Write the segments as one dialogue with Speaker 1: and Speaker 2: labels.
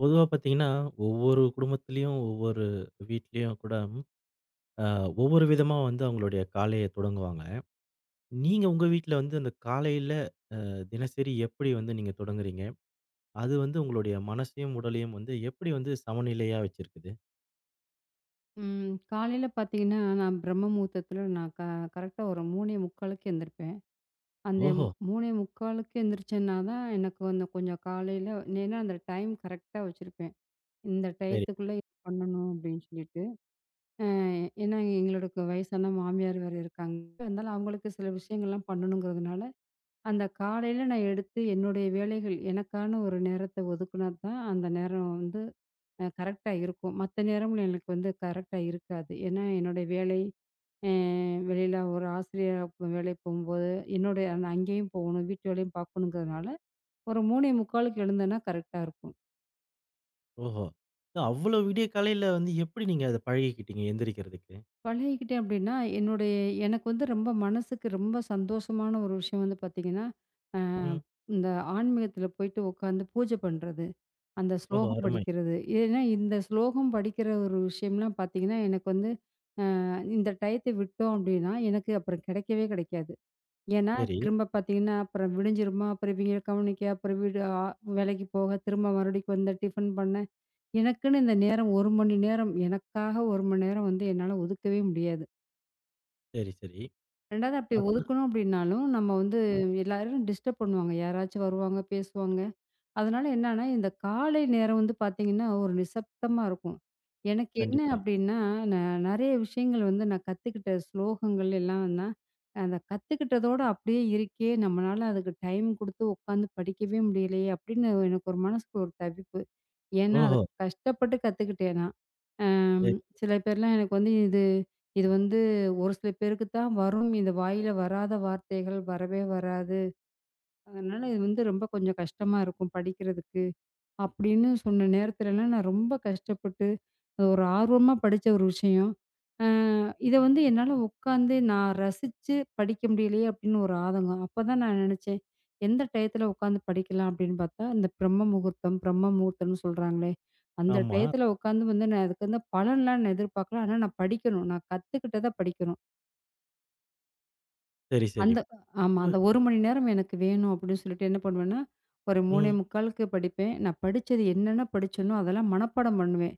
Speaker 1: பொதுவா பார்த்தீங்கன்னா, ஒவ்வொரு குடும்பத்திலயும், ஒவ்வொரு வீட்லயும் கூட அ ஒவ்வொரு விதமா வந்து அவங்களுடைய காலைய தொடங்குவாங்க. நீங்க உங்க வீட்ல வந்து அந்த காலையில தினசரி எப்படி வந்து நீங்க தொடங்குறீங்க? அது வந்து உங்களுடைய மனசையும், உடலையும் வந்து எப்படி வந்து சமநிலையா வச்சிருக்குது?
Speaker 2: ம். காலையில பார்த்தீங்கன்னா, நான் பிரம்ம முகூர்த்தத்தில நான் கரெக்ட்டா ஒரு 3:45க்கு எந்திரிப்பேன். அந்த
Speaker 1: ஓஹோ!
Speaker 2: 3:45க்கு எந்திரிச்சேன்னா தான் எனக்கு வந்து கொஞ்சம் காலையில ஏன்னா அந்த டைம் கரெக்ட்டா வச்சிருப்பேன். இந்த
Speaker 1: சரி.
Speaker 2: டயத்துக்குள்ள இது பண்ணணும் அப்படின்னு சொல்லிட்டு. அ ஏன்னா எங்களோட வயசான மாமியார் வேற இருக்காங்க. அதனால அவங்களுக்கு சில விஷயங்கள்லாம் பண்ணணுங்கிறதுனால அந்த காலையில நான் எடுத்து என்னுடைய வேலைகள் எனக்கான ஒரு நேரத்தை ஒதுக்குனா தான் அந்த நேரம் வந்து கரெக்டா இருக்கும். மத்த நேரமும் எனக்கு வந்து கரெக்டா இருக்காது. ஏன்னா என்னுடைய வேலை அ வெளியில ஒரு ஆசிரியரா வேலைக்கு போகும்போது, என்னுடைய நான் அங்கேயும் போகணும், வீட்டு வேலையும் பார்க்கணுங்கிறதுனால ஒரு 3:45க்கு எழுந்தேன்னா கரெக்டா இருக்கும்.
Speaker 1: ஓஹோ! அவ்ளோ விடிய காலையில வந்து எப்படி நீங்க அத பழகிக்கிட்டீங்க எந்திரிக்கிறதுக்கு?
Speaker 2: பழகிக்கிட்டேன் அப்படின்னா, என்னுடைய எனக்கு வந்து ரொம்ப மனசுக்கு ரொம்ப சந்தோஷமான ஒரு விஷயம் வந்து பார்த்தீங்கன்னா, அ
Speaker 1: ம்.
Speaker 2: இந்த ஆன்மீகத்தில போயிட்டு உட்காந்து பூஜை பண்றது. அந்த
Speaker 1: ஓஹோ!
Speaker 2: ஸ்லோகம்
Speaker 1: அருமை.
Speaker 2: படிக்கிறது. ஏன்னா, இந்த ஸ்லோகம் படிக்கிற ஒரு விஷயம்லாம் பார்த்தீங்கன்னா, எனக்கு வந்து இந்த டயத்த விட்டோம் அப்டின்னா, எனக்கு அப்புறம் கிடைக்கவே கிடைக்காது. ஏன்னா,
Speaker 1: சரி,
Speaker 2: திரும்ப பார்த்தீங்கன்னா, அப்புறம் விடிஞ்சிருமா, அப்புறம் இவைங்கள கவனிக்க, அப்புறம் வீடு வேலைக்கு போக, திரும்ப மறுபடிக்கும் வந்து டிஃபன் பண்ண, எனக்குன்னு இந்த நேரம் 1 மணி நேரம், எனக்காக 1 மணி நேரம் வந்து என்னால ஒதுக்கவே முடியாது.
Speaker 1: சரி, சரி.
Speaker 2: 2வது அப்படி
Speaker 1: அதுல
Speaker 2: ஒதுக்கணும் அப்படின்னாலும், நம்ம வந்து
Speaker 1: ம்.
Speaker 2: எல்லாரும் டிஸ்டர்ப் பண்ணுவாங்க. யாராச்சும் வருவாங்க, பேசுவாங்க. அதனால என்னன்னா, இந்த காலை நேரம் வந்து பார்த்தீங்கன்னா, ஒரு நிசப்தமா இருக்கும். எனக்கு என்ன
Speaker 1: கண்டிப்பா.
Speaker 2: அப்டின்னா, நான் நெறைய விஷயங்கள் வந்து நான் கத்துக்கிட்ட ஸ்லோகங்கள் எல்லாம்ன்னா, அந்த கத்துக்கிட்டதோட அப்டியே இருக்கே! நம்மனால அதுக்கு டைம் குடுத்து உட்காந்து படிக்கவே முடியலையே! அப்டின்னு எனக்கு ஒரு மனசுக்கு ஒரு தவிப்பு. ஏன்னா, ம். அத
Speaker 1: ஓஹோ!
Speaker 2: கஷ்டப்பட்டு கத்துக்கிட்டேன் நான். அம்
Speaker 1: சரி.
Speaker 2: சில பேர்லாம் எனக்கு வந்து இது இது வந்து ஒரு சில பேருக்கு தான் வரும். இந்த வாயில வராத வார்த்தைகள் வரவே வராது. அதனால இது வந்து ரொம்ப கொஞ்சம் கஷ்டமா இருக்கும் படிக்கிறதுக்கு. அப்படின்னு சொன்ன நேரத்துலலாம் நான் ரொம்ப கஷ்டப்பட்டு, அது ஒரு ஆர்வமா படிச்ச ஒரு விஷயம். அ இத வந்து என்னால உட்காந்து நான் ரசிச்சு படிக்க முடியலையே அப்படின்னு ஒரு ஆதங்கம். அப்பதான் நான் நெனச்சேன், எந்த டயத்துல உட்காந்து படிக்கலாம் அப்படின்னு பார்த்தா, இந்த பிரம்ம முகூர்த்தம், பிரம்ம முகூர்த்தம்னு சொல்றாங்களே, அந்த
Speaker 1: ஆமா.
Speaker 2: டயத்துல உட்காந்து வந்து நான் அதுக்கு வந்து பலன்லாம் நான் எதிர்பார்க்கல. ஆனா நான் படிக்கணும். நான் கத்துக்கிட்டத படிக்கணும்.
Speaker 1: சரி, சரி.
Speaker 2: அந்த ஆமா.
Speaker 1: இப்ப
Speaker 2: அந்த 1 மணி நேரம் எனக்கு வேணும் அப்படின்னு சொல்லிட்டு என்ன பண்ணுவேன்னா, ஒரு
Speaker 1: ம்.
Speaker 2: 3:45க்கு படிப்பேன். நான் படிச்சது என்னென்ன படிச்சேனோ அதெல்லாம் மனப்பாடம் பண்ணுவேன்.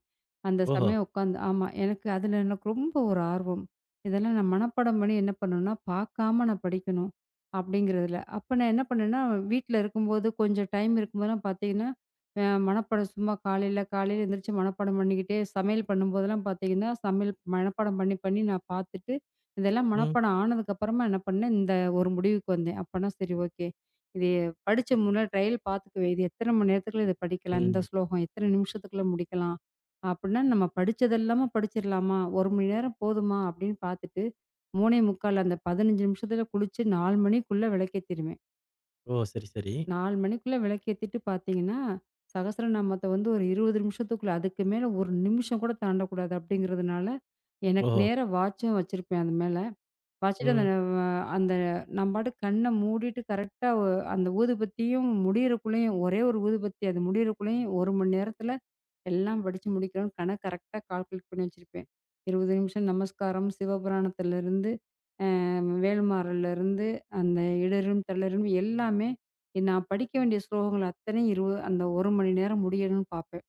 Speaker 2: அந்த
Speaker 1: ஓஹோ!
Speaker 2: சமயம் உட்காந்து ஆமா. எனக்கு அதில எனக்கு ரொம்ப ஒரு ஆர்வம். இதெல்லாம் நான் மனப்பாடம் பண்ணி என்ன பண்ணணும்னா, பார்க்காம நான் படிக்கணும் அப்படிங்கிறதில. அப்ப நான் என்ன பண்ணேன்னா, வீட்ல இருக்கும்போது கொஞ்சம் டைம் இருக்கும்போதெல்லாம் பார்த்தீங்கன்னா, மனப்பாடம் சும்மா காலையில காலையில எந்திரிச்சு மனப்பாடம் பண்ணிக்கிட்டே சமையல் பண்ணும்போதெல்லாம் பார்த்தீங்கன்னா, சமையல் மனப்பாடம் பண்ணி பண்ணி நான் பார்த்துட்டு இதெல்லாம்
Speaker 1: ம்.
Speaker 2: மனப்பாடம் ஆனதுக்கப்புறமா என்ன பண்ணேன், இந்த ஒரு முடிவுக்கு வந்தேன். அப்பன்னா சரி ஓகே. இது படிச்ச முன்ன ட்ரையல் பார்த்துக்குவேன். இது எத்தன மணி நேரத்துக்குள்ள இத படிக்கலாம்? இந்த
Speaker 1: ம்.
Speaker 2: ஸ்லோகம் எத்தன நிமிஷத்துக்குள்ள முடிக்கலாம்? அப்டின்னா நம்ம படிச்சதெல்லாமா படிச்சிரலாமா? 1 மணி நேரம் போதுமா? அப்டின்னு பார்த்துட்டு 3:45 அந்த 15 நிமிஷத்துல குளிச்சு 4 மணிக்குள்ள விளக்கேத்திருவேன்.
Speaker 1: ஓ! சரி, சரி.
Speaker 2: 4 மணிக்குள்ள விளக்கேத்திட்டு பார்த்தீங்கன்னா, சகஸ்ரநாமத்த வந்து ஒரு 20 நிமிஷத்துக்குள்ள அதுக்கு மேல 1 நிமிஷம் கூட தாண்டக்கூடாது அப்டிங்கிறதுனால, எனக்கு
Speaker 1: ஓஹோ!
Speaker 2: நேரா வாட்சும் வச்சிருப்பேன் அது மேல. வச்சுட்டு அந்த
Speaker 1: ம்.
Speaker 2: அ அந்த நான் பாட்டுக்கு கண்ண மூடிட்டு கரெக்ட்டா அந்த ஊதுபத்தியும் முடியறக்குள்ளேயும் ஒரே ஒரு ஊதுபத்தி அது முடியறக்குள்ளேயும் 1 மணி நேரத்தில எல்லாம் படிச்சு முடிக்கணும்னு கணக்கு கரெக்ட்டா கால்குலேட் பண்ணி வச்சிருப்பேன். 20 நிமிஷம் நமஸ்காரம், சிவபுராணத்திலிருந்து, அ வேல்மாறல்லேருந்து, அந்த இடறும் தளரும் எல்லாமே நான் படிக்க வேண்டிய ஸ்லோகங்கள் அத்தனையும் அந்த 1 மணி நேரம் முடியணும்னு பார்ப்பேன்.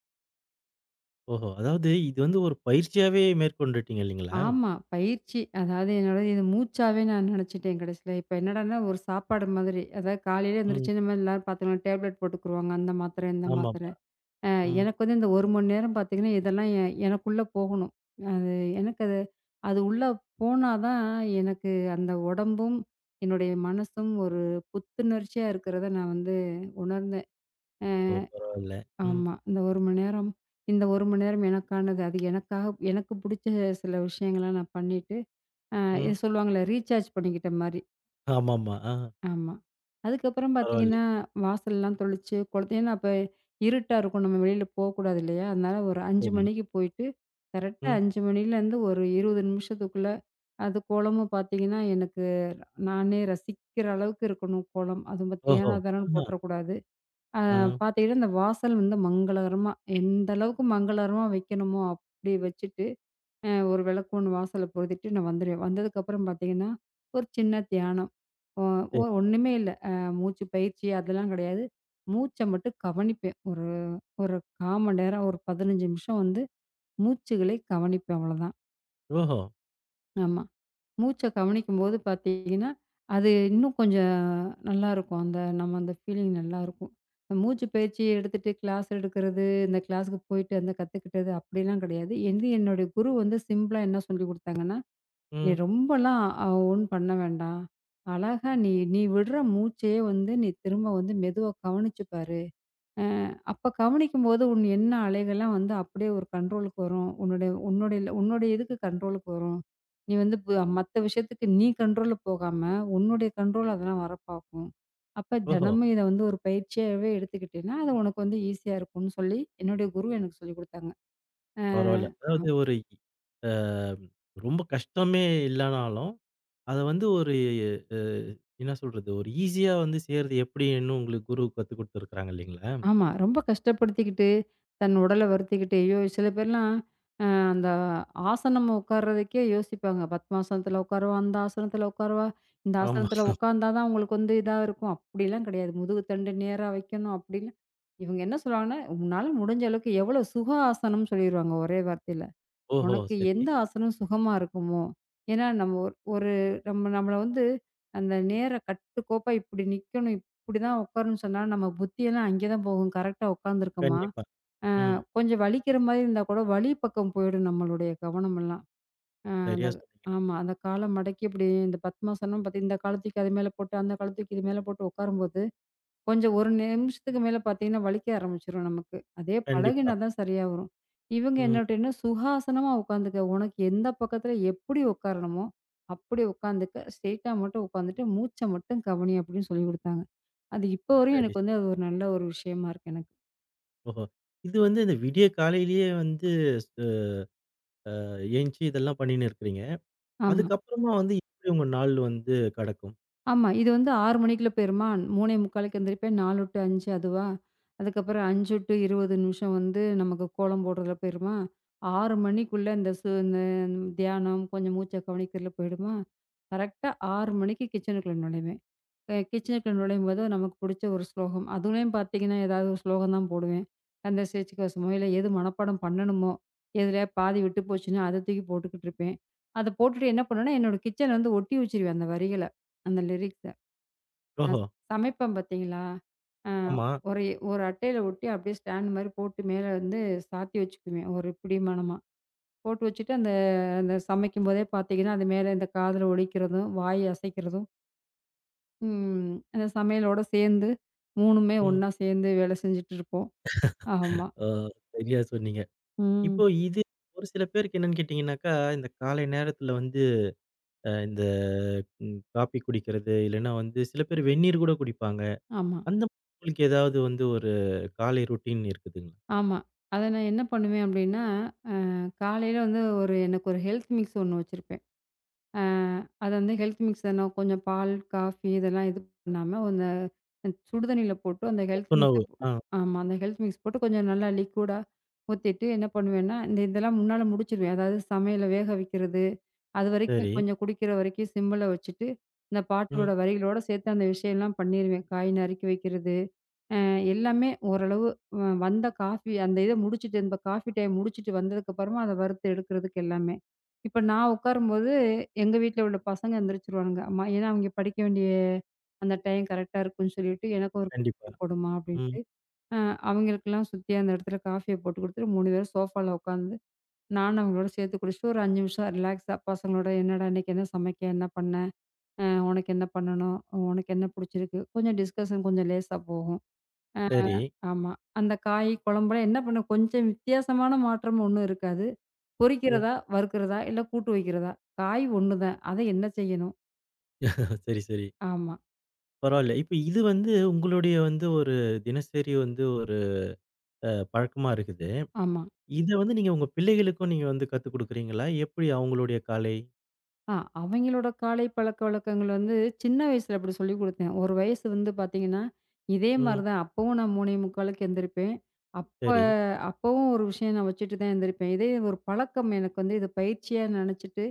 Speaker 1: ஓஹோ! அதாவது இது வந்து ஒரு பயிற்சியாவே மேற்கொண்டுட்டீங்க இல்லீங்களா?
Speaker 2: ஆமா. பயிற்சி. அதாவது என்னோட இது மூச்சாவே நான் நெனச்சுட்டேன் கடைசில. இப்ப என்னடான்னா ஒரு சாப்பாடு மாதிரி. அதாவது காலையில
Speaker 1: ம்.
Speaker 2: எந்திரிச்சு நம்ம எல்லாரும் பார்த்தீங்கன்னா, டேப்லெட் போட்டுக்குருவாங்க. அந்த மாத்திரை, இந்த மாத்திரை.
Speaker 1: ஆமாமா.
Speaker 2: அ
Speaker 1: ம்.
Speaker 2: எனக்கு வந்து இந்த 1 மணி நேரம் பார்த்தீங்கன்னா, இதெல்லாம் எனக்குள்ள போகணும். அது எனக்கு அது அது உள்ள போனா தான் எனக்கு அந்த உடம்பும், என்னுடைய மனசும் ஒரு புத்துணர்ச்சியா இருக்கிறத நான் வந்து உணர்ந்தேன்.
Speaker 1: ஓ! பரவால்ல. ம்,
Speaker 2: ஆமா. இந்த 1 மணி நேரம் இந்த 1 மணி நேரம் எனக்கானது. அது எனக்காக எனக்கு புடிச்ச சில விஷயங்கள நான் பண்ணிட்டு அ
Speaker 1: ம்.
Speaker 2: இது சொல்லுவாங்கல்ல, ரீசார்ஜ் பண்ணிக்கிட்ட மாரி.
Speaker 1: ஆமாமா. ஆ
Speaker 2: ஆமா. அதுக்கப்புறம்
Speaker 1: பரவால்லை.
Speaker 2: பார்த்தீங்கன்னா, வாசல்லாம் தொளிச்சு, குளத்த ஏன்னா அப்ப இருட்டா இருக்கும். நம்ம வெளியில போக்கூடாது இல்லையா? அதனால ஒரு 5
Speaker 1: சரி.
Speaker 2: மணிக்கு போயிட்டு, கரெக்ட்டா
Speaker 1: ம்.
Speaker 2: 5 மணிலேருந்து ஒரு 20 நிமிஷத்துக்குள்ள, அது கோலமும் பார்த்தீங்கன்னா, எனக்கு நானே ரசிக்கிற அளவுக்கு இருக்கணும் கோலம். அதுவும் பார்த்து
Speaker 1: ஓஹோ!
Speaker 2: ஏனோ தானோன்னு
Speaker 1: ஆஹா.
Speaker 2: போட்றக்கூடாது.
Speaker 1: ஆ
Speaker 2: பார்த்தீங்கன்னா, இந்த வாசல் வந்து மங்களகரமா எந்த அளவுக்கு மங்களகரமா வைக்கணுமோ, அப்படி வச்சுட்டு ஒரு விளக்கு ஒண்ணு வாசல்ல பொருத்திட்டு நான் வந்துருவேன். வந்ததுக்கப்புறம் பார்த்தீங்கன்னா, ஒரு சின்ன தியானம். ஒ ஒ
Speaker 1: சரி.
Speaker 2: ஒண்ணுமே இல்ல. மூச்சு பயிற்சி அதெல்லாம் கிடையாது. மூச்ச மட்டும் கவனிப்பேன். ஒரு ஒரு 1/4 மணி நேரம், ஒரு 15 நிமிஷம் வந்து மூச்சுகளை கவனிப்பேன் அவ்வளோதான்.
Speaker 1: ஓஹோ!
Speaker 2: ஆமா. மூச்ச கவனிக்கும்போது பார்த்தீங்கன்னா, அது இன்னும் கொஞ்சம் நல்லாருக்கும். அந்த நம்ம அந்த ஃபீலிங் நல்லாருக்கும். மூச்சு பயிற்சி எடுத்துட்டு கிளாஸ் எடுக்கிறது, இந்த கிளாஸ்க்கு போயிட்டு அந்த கத்துக்கிட்டது அப்படிலாம் கிடையாது. எந்து என்னுடைய குரு வந்து சிம்பிளா என்ன சொல்லிக் குடுத்தாங்கன்னா நீ
Speaker 1: ம்.
Speaker 2: ரொம்பலாம் ஒன்னும் பண்ண வேண்டாம். அழகா நீ நீ விடுற மூச்சையே வந்து நீ திரும்ப வந்து மெதுவா கவனிச்சு பாரு. அ அப்ப கவனிக்கும்போது உன் எண்ண அலைகள்லாம் வந்து அப்படியே ஒரு கண்ட்ரோலுக்கு வரும். உன்னுடைய உன்னுடைய உன்னுடைய இதுக்கு கண்ட்ரோலுக்கு வரும். நீ வந்து மத்த விஷயத்துக்கு நீ கண்ட்ரோல்ல போகாம, உன்னுடைய கண்ட்ரோல் அதெல்லாம் வர பார்க்கும். அப்ப
Speaker 1: ஓஹோ!
Speaker 2: தினமும் இத வந்து ஒரு பயிற்சியாவே எடுத்துக்கிட்டேன்னா, அது உனக்கு வந்து ஈஸியா இருக்கும்னு சொல்லி என்னுடைய குரு எனக்கு சொல்லிக் குடுத்தாங்க.
Speaker 1: பரவால்ல.
Speaker 2: அ
Speaker 1: அதாவது ஒரு அ ரொம்ப கஷ்டமே இல்லனாலும், அத வந்து ஒரு அ என்ன சொல்றது? ஒரு ஈஸியா வந்து செய்றது எப்படின்னு உங்களுக்கு குரு கத்துக் குடுத்துருக்காங்க இல்லீங்களா?
Speaker 2: ஆமா. ரொம்ப கஷ்டப்படுத்திக்கிட்டு, தன் உடல வருத்திக்கிட்டு, ஐயோ! சில பேர்லாம் அந்த ஆசனம் உட்கார்றதுக்கே யோசிப்பாங்க. பத்மாசனத்துல உட்காருவா, அந்த ஆசனத்துல உட்காருவா, இந்த
Speaker 1: ஆமா.
Speaker 2: ஆசனத்துல உட்காந்தா தான் உங்களுக்கு வந்து இதா இருக்கும். அப்படிலாம் கிடையாது. முதுகு தண்டு நேரா வைக்கணும் அப்படிலாம். இவங்க என்ன சொல்லுவாங்கன்னா, உன்னால முடிஞ்ச அளவுக்கு எவ்வளோ சுக ஆசனம்னு சொல்லிருவாங்க ஒரே வார்த்தையில.
Speaker 1: ஓஹோ!
Speaker 2: உனக்கு
Speaker 1: சரி.
Speaker 2: எந்த ஆசனம் சுகமா இருக்குமோ! ஏன்னா நம்ம ஒரு ஒரு நம்மள வந்து அந்த நேர கட்டுக்கோப்பா இப்படி நிக்கணும், இப்படிதான் உட்காரணும்னு சொன்னா, நம்ம புத்தியெல்லாம் அங்கே தான் போகும். கரெக்ட்டா உட்காந்துருக்கோமா?
Speaker 1: கண்டிப்பா. ம்.
Speaker 2: கொஞ்சம் வலிக்கிற மாரி இருந்தா கூட வலி பக்கம் போயிடும் நம்மளுடைய கவனமெல்லாம். அ அந்த
Speaker 1: சரியா சொன்னீங்க.
Speaker 2: ஆமா. அந்த கால மடக்கி இப்படி இந்த பத்மாசனம் பாத்தீ இந்த கால தூக்கி அது மேல போட்டு, அந்த கால தூக்கி இது மேல போட்டு உட்காரும்போது கொஞ்சம் 1 நிமிஷத்துக்கு மேல பார்த்தீங்கன்னா, வலிக்க ஆரம்பிச்சுரும் நமக்கு. அதே
Speaker 1: கண்டிப்பா.
Speaker 2: பழகினா தான் சரியா வரும். இவங்க
Speaker 1: ம்.
Speaker 2: என்னட்டன்னா, சுகாசனமா உட்காந்துக்க. உனக்கு எந்த பக்கத்துல எப்படி உட்காரணுமோ, அப்படி உட்காந்துக்க. ஸ்ட்ரெய்ட்டா மட்டும் உட்காந்துட்டு, மூச்ச மட்டும் கவனி அப்படின்னு சொல்லிக் குடுத்தாங்க. அது இப்போ வரையும்
Speaker 1: சரி,
Speaker 2: எனக்கு
Speaker 1: சரி.
Speaker 2: வந்து அது ஒரு நல்ல ஒரு விஷயமா இருக்கு எனக்கு.
Speaker 1: ஓஹோ! இது வந்து இந்த விடிய காலையிலேயே வந்து ஸ் அ எந்திச்சு இதெல்லாம் பண்ணின்னு இருக்கிறீங்க.
Speaker 2: ஆமா.
Speaker 1: அதுக்கப்புறமா வந்து எப்படி உங்க நாள் வந்து கடக்கும்?
Speaker 2: ஆமா. இது வந்து 6 மணிக்குள்ள போயிருமா? 3:45க்கு எந்திரிப்பேன். 4 டூ 5 அதுவா? அதுக்கப்புறம் 5 டூ 20 நிமிஷம் வந்து நமக்கு கோலம் போடுறதுல போயிருமா? 6 மணிக்குள்ள இந்த இந்த தியானம், கொஞ்சம் மூச்ச கவனிக்கிறதுல போயிடுமா? கரெக்ட்டா 6 மணிக்கு கிச்சனுக்குள்ள நுழைவேன். கிச்சனுக்குள்ள நுழையும்போது நமக்கு பிடிச்ச ஒரு ஸ்லோகம். அதுலயும் பார்த்தீங்கன்னா, ஏதாவது ஒரு ஸ்லோகம் தான் போடுவேன். அந்த சேச்சு கவசமோ, இல்ல எது மனப்பாடம் பண்ணணுமோ, எதுலயா பாதி விட்டு போச்சுன்னா, அத தூக்கி போட்டுக்கிட்டு இருப்பேன். அத போட்டுட்டு என்ன பண்ணுவேன்னா, என்னோட கிச்சன வந்து ஒட்டி வச்சுருவேன் அந்த வரிகள. அந்த லிரிக்ஸ். நான்
Speaker 1: ஓஹோ!
Speaker 2: சமைப்பேன் பார்த்தீங்களா, அ
Speaker 1: ஆமா.
Speaker 2: ஒரு ஒரு அட்டையில ஒட்டி அப்படியே ஸ்டாண்ட் மாரி போட்டு மேல வந்து சாத்தி வச்சுக்குவேன். ஒரு பிடிமானமா. போட்டு வச்சுட்டு அந்த அந்த சமைக்கும்போதே பார்த்தீங்கன்னா, அது மேல இந்த காதுல ஒலிக்கிறதும், வாய் அசைக்கிறதும், அந்த சமையலோட சேர்ந்து 3மே
Speaker 1: ம்.
Speaker 2: ஒண்ணா சேர்ந்து வேலை செஞ்சுட்டு இருப்போம். ஆமா.
Speaker 1: ஆ சரியா சொன்னீங்க.
Speaker 2: ம்.
Speaker 1: இப்போ இது ஒரு சில பேருக்கு என்னன்னு கேட்டீங்கன்னாக்கா, இந்த காலை நேரத்தில வந்து இந்த காப்பி குடிக்கிறது, இல்லன்னா வந்து சில பேர் வெந்நீர் கூட குடிப்பாங்க.
Speaker 2: ஆமா,
Speaker 1: அந்த மாதிரி உங்களுக்கு ஏதாவது வந்து ஒரு காலை ரொட்டீன் இருக்குதுங்களா?
Speaker 2: ஆமா. அத நான் என்ன பண்ணுவேன் அப்படின்னா, அ காலையில வந்து ஒரு எனக்கு ஒரு ஹெல்த் மிக்ஸ் ஒண்ணு வச்சிருப்பேன். அ அது வந்து ஹெல்த் மிக்ஸ் தானே கொஞ்சம் பால், காஃபி இதெல்லாம் இது பண்ணாம அந்த சுடு தண்ணீல போட்டு அந்த ஹெல்த் மிக்ஸ
Speaker 1: சத்துணவு. ஆ
Speaker 2: ஆமா. அந்த ஹெல்த் மிக்ஸ் போட்டு கொஞ்சம் நல்லா லிக்விடா ஊத்திட்டு என்ன பண்ணுவேன்னா, இந்த இதெல்லாம் முன்னால முடிச்சுருவேன். அதாவது சமையல வேக வைக்கிறது, அதுவரைக்கும்
Speaker 1: சரி.
Speaker 2: கொஞ்சம் குடிக்கிற வரைக்கும் சிம்ல வச்சுட்டு, இந்த பாட்டோட
Speaker 1: ம்.
Speaker 2: வரிகளோட சேர்த்து அந்த விஷயம்லாம் பண்ணிருவேன். காய் நறுக்கி வைக்கிறது. அ எல்லாமே ஓரளவு வந்த காஃபி அந்த இத முடிச்சுட்டு இந்த காஃபி டைம் முடிச்சுட்டு வந்ததுக்கப்புறமா அத வறுத்து எடுக்கிறதுக்கு எல்லாமே. இப்ப நான் உட்காரும்போது, எங்க வீட்ல உள்ள பசங்க எந்திரிச்சுருவானுங்க. அம்மா ஏன்னா அவங்க படிக்க வேண்டிய அந்த டைம் கரெக்ட்டா இருக்குன்னு சொல்லிட்டு, எனக்கு ஒரு
Speaker 1: கண்டிப்பா.
Speaker 2: காஃபி போடுமா
Speaker 1: ம்.
Speaker 2: அப்படின்ட்டு, அ அவங்களுக்கெல்லாம் சுத்தி அந்த இடத்துல காஃபிய போட்டு குடுத்துட்டு 3 பேரும் சோஃபால உட்காந்து, நானும் அவங்களோட சேர்த்து குடிச்சுட்டு ஒரு 5 நிமிஷம் ரிலாக்ஸா பசங்களோட என்னடா இன்னைக்கு என்ன சமைக்க? என்ன பண்ண? அ உனக்கு என்ன பண்ணணும்? உனக்கு என்ன புடிச்சிருக்கு? கொஞ்சம் டிஸ்கஷன் கொஞ்சம் லேசா போகும்.
Speaker 1: சரி.
Speaker 2: ஆமா. அந்த காய் குழம்புலாம் என்ன பண்ணும், கொஞ்சம் வித்தியாசமான மாற்றம் ஒண்ணும் இருக்காது.
Speaker 1: ம்.
Speaker 2: பொரிக்கிறதா, வறுக்கிறதா, இல்ல கூட்டு வைக்கிறதா, காய் ஒண்ணுதான். அத என்ன செய்யணும்?
Speaker 1: சரி, சரி.
Speaker 2: ஆமா,
Speaker 1: பரவால்ல. இப்ப இது வந்து உங்களுடைய வந்து ஒரு தினசரி வந்து ஒரு பழக்கமா இருக்குது.
Speaker 2: ஆமா.
Speaker 1: இத வந்து நீங்க உங்க பிள்ளைகளுக்கும் நீங்க வந்து கத்துக் குடுக்குறீங்களா? எப்படி அவங்களுடைய காலை?
Speaker 2: ஆ அவங்களோட காலை பழக்கவழக்கங்கள் வந்து சின்ன வயசுல அப்படி சொல்லிக் குடுத்தேன். ஒரு வயசு வந்து பார்த்தீங்கன்னா, இதே மாரி
Speaker 1: ம்.
Speaker 2: தான் அப்பவும் நான் 3:45க்கு எந்திரிப்பேன். அப்ப
Speaker 1: சரி.
Speaker 2: அப்பவும் ஒரு விஷயம் நான் வச்சுட்டு தான் எந்திரிப்பேன். இதே ஒரு பழக்கம் எனக்கு வந்து இது பயிற்சியா நெனச்சுட்டு,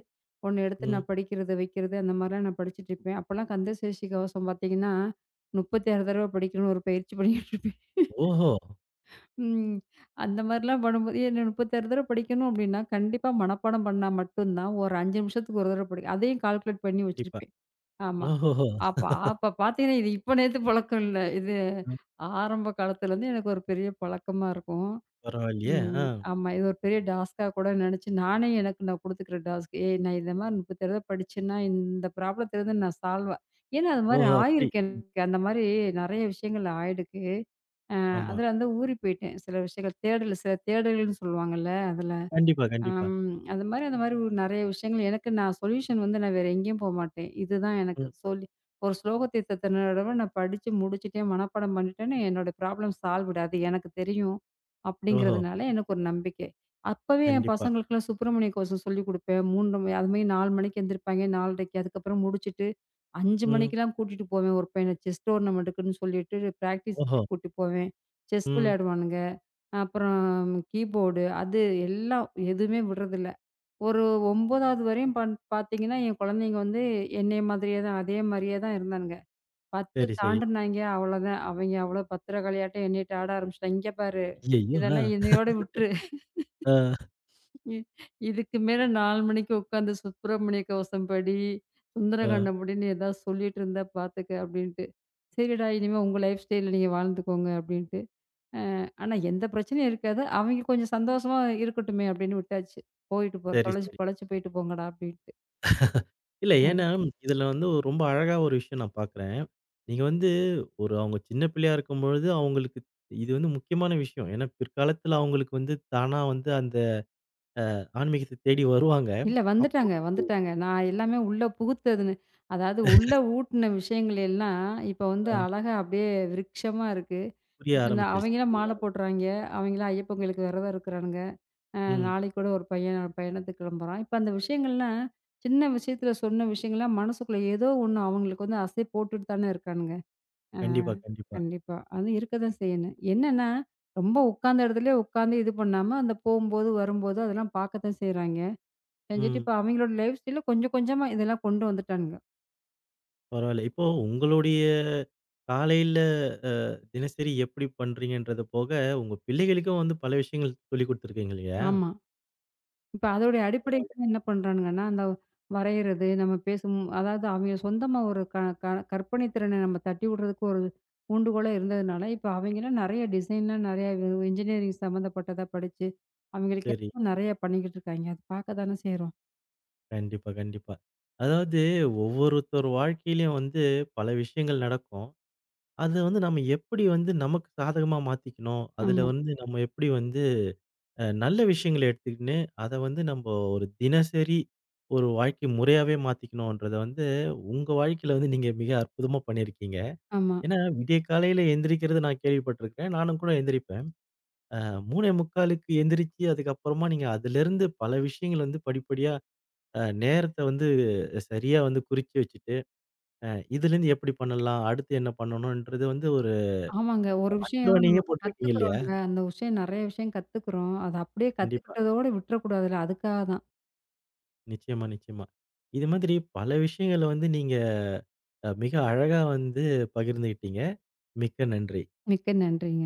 Speaker 2: ஒண்ணு எடுத்து
Speaker 1: ம்.
Speaker 2: நான் படிக்கிறது, வைக்கிறது அந்த மாரிலாம் நான் படிச்சுட்டு இருப்பேன். அப்பலாம் கந்த சஷ்டி கவசம் பார்த்தீங்கன்னா, 36 தடவ படிக்கணும்னு ஒரு பயிற்சி பண்ணிக்கிட்டு இருப்பேன்.
Speaker 1: ஓஹோ!
Speaker 2: ம். அந்த மாரிலாம் பண்ணும்போது ஏன்னா 36 தடவ படிக்கணும் அப்டின்னா, கண்டிப்பா மனப்பாடம் பண்ணா மட்டும் தான், ஒரு 5 நிமிஷத்துக்கு ஒரு தடவ படிக்க அதையும் கால்குலேட் பண்ணி
Speaker 1: கண்டிப்பா.
Speaker 2: வச்சிருப்பேன். ஆமா.
Speaker 1: ஓஹோஹோ!
Speaker 2: அப்ப அப்ப பார்த்தீங்கன்னா, இது இப்ப நேத்து பழக்கம் இல்ல. இது
Speaker 1: ம்.
Speaker 2: ஆரம்ப காலத்துலேருந்து எனக்கு ஒரு பெரிய பழக்கமா இருக்கும்.
Speaker 1: பரவாயில்லையே!
Speaker 2: ம்.
Speaker 1: ஆ.
Speaker 2: ஆமா. இது ஒரு பெரிய டாஸ்க்கா கூட நெனச்சு, நானே எனக்கு நான் குடுத்துக்கிற டாஸ்க். ஏய்! நான் இந்த மாரி 36 தடவ படிச்சேன்னா, இந்த ப்ராப்ளத்திலேருந்து நான் சால்வ் ஏன்னா அது மாரி
Speaker 1: ஓஹோ! அப்படி.
Speaker 2: ஆயிருக்கு
Speaker 1: ம்.
Speaker 2: எனக்கு. அந்த மாரி நெறைய விஷயங்கள் ஆயிடுக்கு. அ
Speaker 1: ஆமா.
Speaker 2: அதில வந்து ஊறி போயிட்டேன். சில விஷயங்கள் தேடல் சில தேடல்கள்ன்னு சொல்லுவாங்கல்ல அதில.
Speaker 1: கண்டிப்பா, கண்டிப்பா.
Speaker 2: அது மாரி அந்த மாரி ஒரு நெறைய விஷயங்கள் எனக்கு நான் சொல்யூஷன் வந்து நான் வேற எங்கேயும் போமாட்டேன். இதுதான் எனக்கு
Speaker 1: ம்.
Speaker 2: சொல்லி ஒரு ஸ்லோக தீர்த்தத்தினோடவ நான் படிச்சு முடிச்சுட்டேன், மனப்பாடம் பண்ணிட்டேன்னு என்னோட ப்ராப்ளம் சால்வ்டு அது எனக்கு தெரியும்.
Speaker 1: ஓஹோ!
Speaker 2: அப்படிங்கிறதுனால எனக்கு ஒரு நம்பிக்கை. அப்பவே என்
Speaker 1: கண்டிப்பா.
Speaker 2: பசங்களுக்கெல்லாம் சுப்பிரமணிய கவசம் சொல்லிக் குடுப்பேன். 3 மணி அது மாரி 4 மணிக்கு எந்திரிப்பாய்ங்க 4:30க்கு அதுக்கப்புறம் முடிச்சுட்டு 5
Speaker 1: ம்.
Speaker 2: மணிக்கெல்லாம் கூட்டிட்டு போவேன் ஒரு பையன செஸ் டோர்னமெண்ட்டுக்குன்னு சொல்லிட்டு
Speaker 1: ஓஹோ!
Speaker 2: பிராக்டிஸ்க்கு கூட்டி போவேன். செஸ்
Speaker 1: ம்.
Speaker 2: விளையாடுவானுங்க. அப்புறம் கீபோர்டு அது எல்லாம் எதுவுமே விடுறதில்ல. ஒரு 9வது வரையும் பண் பார்த்தீங்கன்னா, என் குழந்தைங்க வந்து என்னைய மாதிரியே தான் அதே மாரியே தான் இருந்தானுங்க. 10
Speaker 1: சரி, சரி.
Speaker 2: தாண்டுனாய்ங்க அவ்வளோதான். அவைங்க அவ்வளோ பத்திரகாளியாட்டம் என்னிட்ட ஆட ஆரம்பிச்சுட்டாங்க. இங்க பாரு
Speaker 1: ஐயையோ! ஆ.
Speaker 2: இதெல்லாம் என்னையோட விட்டுரு.
Speaker 1: ஆ.
Speaker 2: இ இதுக்கு மேல 4 மணிக்கு உட்காந்து சுப்பிரமணிய கவசம் படி,
Speaker 1: ஆ.
Speaker 2: சுந்தரகாண்டம் படின்னு ஏதாவது சொல்லிட்டு இருந்தா பார்த்துக்க அப்டின்ட்டு. சரிடா இனிமே உங்க லைஃப் ஸ்டைல்ல நீங்க வாழ்ந்துக்கோங்க அப்டின்ட்டு. அ ஆனா எந்த பிரச்சனையும் இருக்காது. அவங்க கொஞ்சம் சந்தோஷமா இருக்கட்டுமே அப்டின்னு விட்டாச்சு. போயிட்டு போ
Speaker 1: சரி,
Speaker 2: தொலைச்சு
Speaker 1: சரி.
Speaker 2: பொழச்சு போயிட்டு போங்கடா அப்டின்ட்டு.
Speaker 1: இல்ல.
Speaker 2: ம்.
Speaker 1: ஏன்னா, இதுல வந்து ஒரு ரொம்ப அழகா ஒரு விஷயம் நான் பார்க்குறேன். நீங்க வந்து ஒரு அவங்க சின்ன பிள்ளையா இருக்கும்பொழுது அவங்களுக்கு இது வந்து முக்கியமான விஷயம். ஏன்னா பிற்காலத்துல அவங்களுக்கு வந்து தானா வந்து அந்த ஆன்மீகத்த தேடி வருவாங்க.
Speaker 2: இல்ல
Speaker 1: அப்போ
Speaker 2: வந்துட்டாங்க,
Speaker 1: வந்து
Speaker 2: வந்துட்டாங்க. நான் எல்லாமே உள்ள புகுத்ததுன்னு அதாவது உள்ள ஊட்டுன விஷயங்கள் எல்லாம் இப்ப வந்து
Speaker 1: அ
Speaker 2: அழகா அப்டியே விருட்சமா இருக்கு.
Speaker 1: புரிய
Speaker 2: இப்ப இந்த
Speaker 1: ஆரம்பிச்சுடுச்சு
Speaker 2: அவங்கலாம் மாலை
Speaker 1: இல்லைங்களா?
Speaker 2: போடுறாய்ங்க. அவங்கலாம் ஐயப்பன் கோயிலுக்கு விரதம் இருக்கிறானுங்க. அ
Speaker 1: ம்.
Speaker 2: நாளைக்கு கூட ஒரு பையன் பயணத்துக்கு கிளம்புறான். இப்ப அந்த விஷயங்கள்லாம் சின்ன விஷயத்துல சொன்ன விஷயங்கள்லாம் மனசுக்குள்ள ஏதோ ஒண்ணு அவங்களுக்கு வந்து அசை போட்டுட்டு தானே இருக்கானுங்க. ஆ
Speaker 1: கண்டிப்பா, கண்டிப்பா.
Speaker 2: கண்டிப்பா. அது இருக்க தான் செய்யணும். என்னன்னா, ரொம்ப உட்காந்த இடத்துலயே உட்காந்து இது பண்ணாம, அந்த போம்போது, வரும்போது அதெல்லாம் பார்க்க தான் செய்றாய்ங்க. செஞ்சுட்டு
Speaker 1: ம்.
Speaker 2: இப்ப அவங்களோட லைஃப் ஸ்டைல்ல கொஞ்சம் கொஞ்சமா இதெல்லாம் கொண்டு வந்துட்டானுங்க.
Speaker 1: பரவால்ல. இப்போ உங்களுடைய காலையில அ தினசரி எப்படி பண்றீங்கன்றது போக, உங்க பிள்ளைகளுக்கும் வந்து பல விஷயங்கள் சொல்லிக் குடுத்துருக்கீங்க இல்லையா?
Speaker 2: ஆமா. இப்ப அதோடைய
Speaker 1: பரவால்ல.
Speaker 2: அடிப்படையில என்ன பண்றானுங்கன்னா, அந்த வரையறது, நம்ம பேசும் அதாவது அவங்க சொந்தமா ஒரு க க கற்பனை திறனை நம்ம தட்டி விடுறதுக்கு ஒரு ஊண்டுகோலா இருந்ததுனால, இப்ப அவங்கலாம் நெறைய டிசைன்லாம் நெறைய இன்ஜினியரிங் சம்மந்தப்பட்டதா படிச்சு, அவங்களுக்கு
Speaker 1: சரி.
Speaker 2: நெறைய பண்ணிக்கிட்டு இருக்காய்ங்க. அது பார்க்க தானே செய்றோம்.
Speaker 1: கண்டிப்பா, கண்டிப்பா. அதாவது ஒவ்வொருத்தர் வாழ்க்கையிலயும் வந்து பல விஷயங்கள் நடக்கும். அத வந்து நம்ம எப்படி வந்து நமக்கு சாதகமா மாத்திக்கணும், அதுல
Speaker 2: ஆமா,
Speaker 1: வந்து நம்ம எப்படி வந்து நல்ல விஷயங்கள எடுத்துக்கின்னு, அத வந்து நம்ப ஒரு தினசரி ஒரு வாழ்க்கை முறையாவே மாத்திக்கணுன்றத வந்து உங்க வாழ்க்கையில வந்து நீங்க மிக அற்புதமா பண்ணியிருக்கீங்க.
Speaker 2: ஆமா.
Speaker 1: ஏன்னா விடிய காலையில எந்திரிக்கிறது நான் கேள்விப்பட்டுருக்கேன். நானும் கூட எந்திரிப்பேன். அ 3:45க்கு எந்திரிச்சு அதுக்கப்புறமா நீங்க அதிலிருந்து பல விஷயங்கள் வந்து படிப்படியா நேரத்த வந்து சரியா வந்து குறிச்சு வச்சுட்டு, அ இதுலேருந்து எப்படி பண்ணலாம்? அடுத்து என்ன பண்ணணுன்றது வந்து ஒரு
Speaker 2: ஆமாங்க. ஒரு விஷயம் நம்ம
Speaker 1: அட்டவணையே போட்டிருக்கீங்க இல்லையா?
Speaker 2: கத்துக்குறோம்ல, அந்த விஷயம் நெறைய விஷயம் கத்துக்குறோம். அத அப்படியே
Speaker 1: கண்டிப்பா.
Speaker 2: கத்துக்கிட்டதோட விட்டுறக்கூடாதுல்ல. அதுக்காக தான்.
Speaker 1: நிச்சயமா, நிச்சயமா. இது மாதிரி பல விஷயங்கள வந்து நீங்க மிக அழகா வந்து பகிர்ந்துகிட்டீங்க. மிக்க நன்றி.
Speaker 2: மிக்க நன்றிங்க.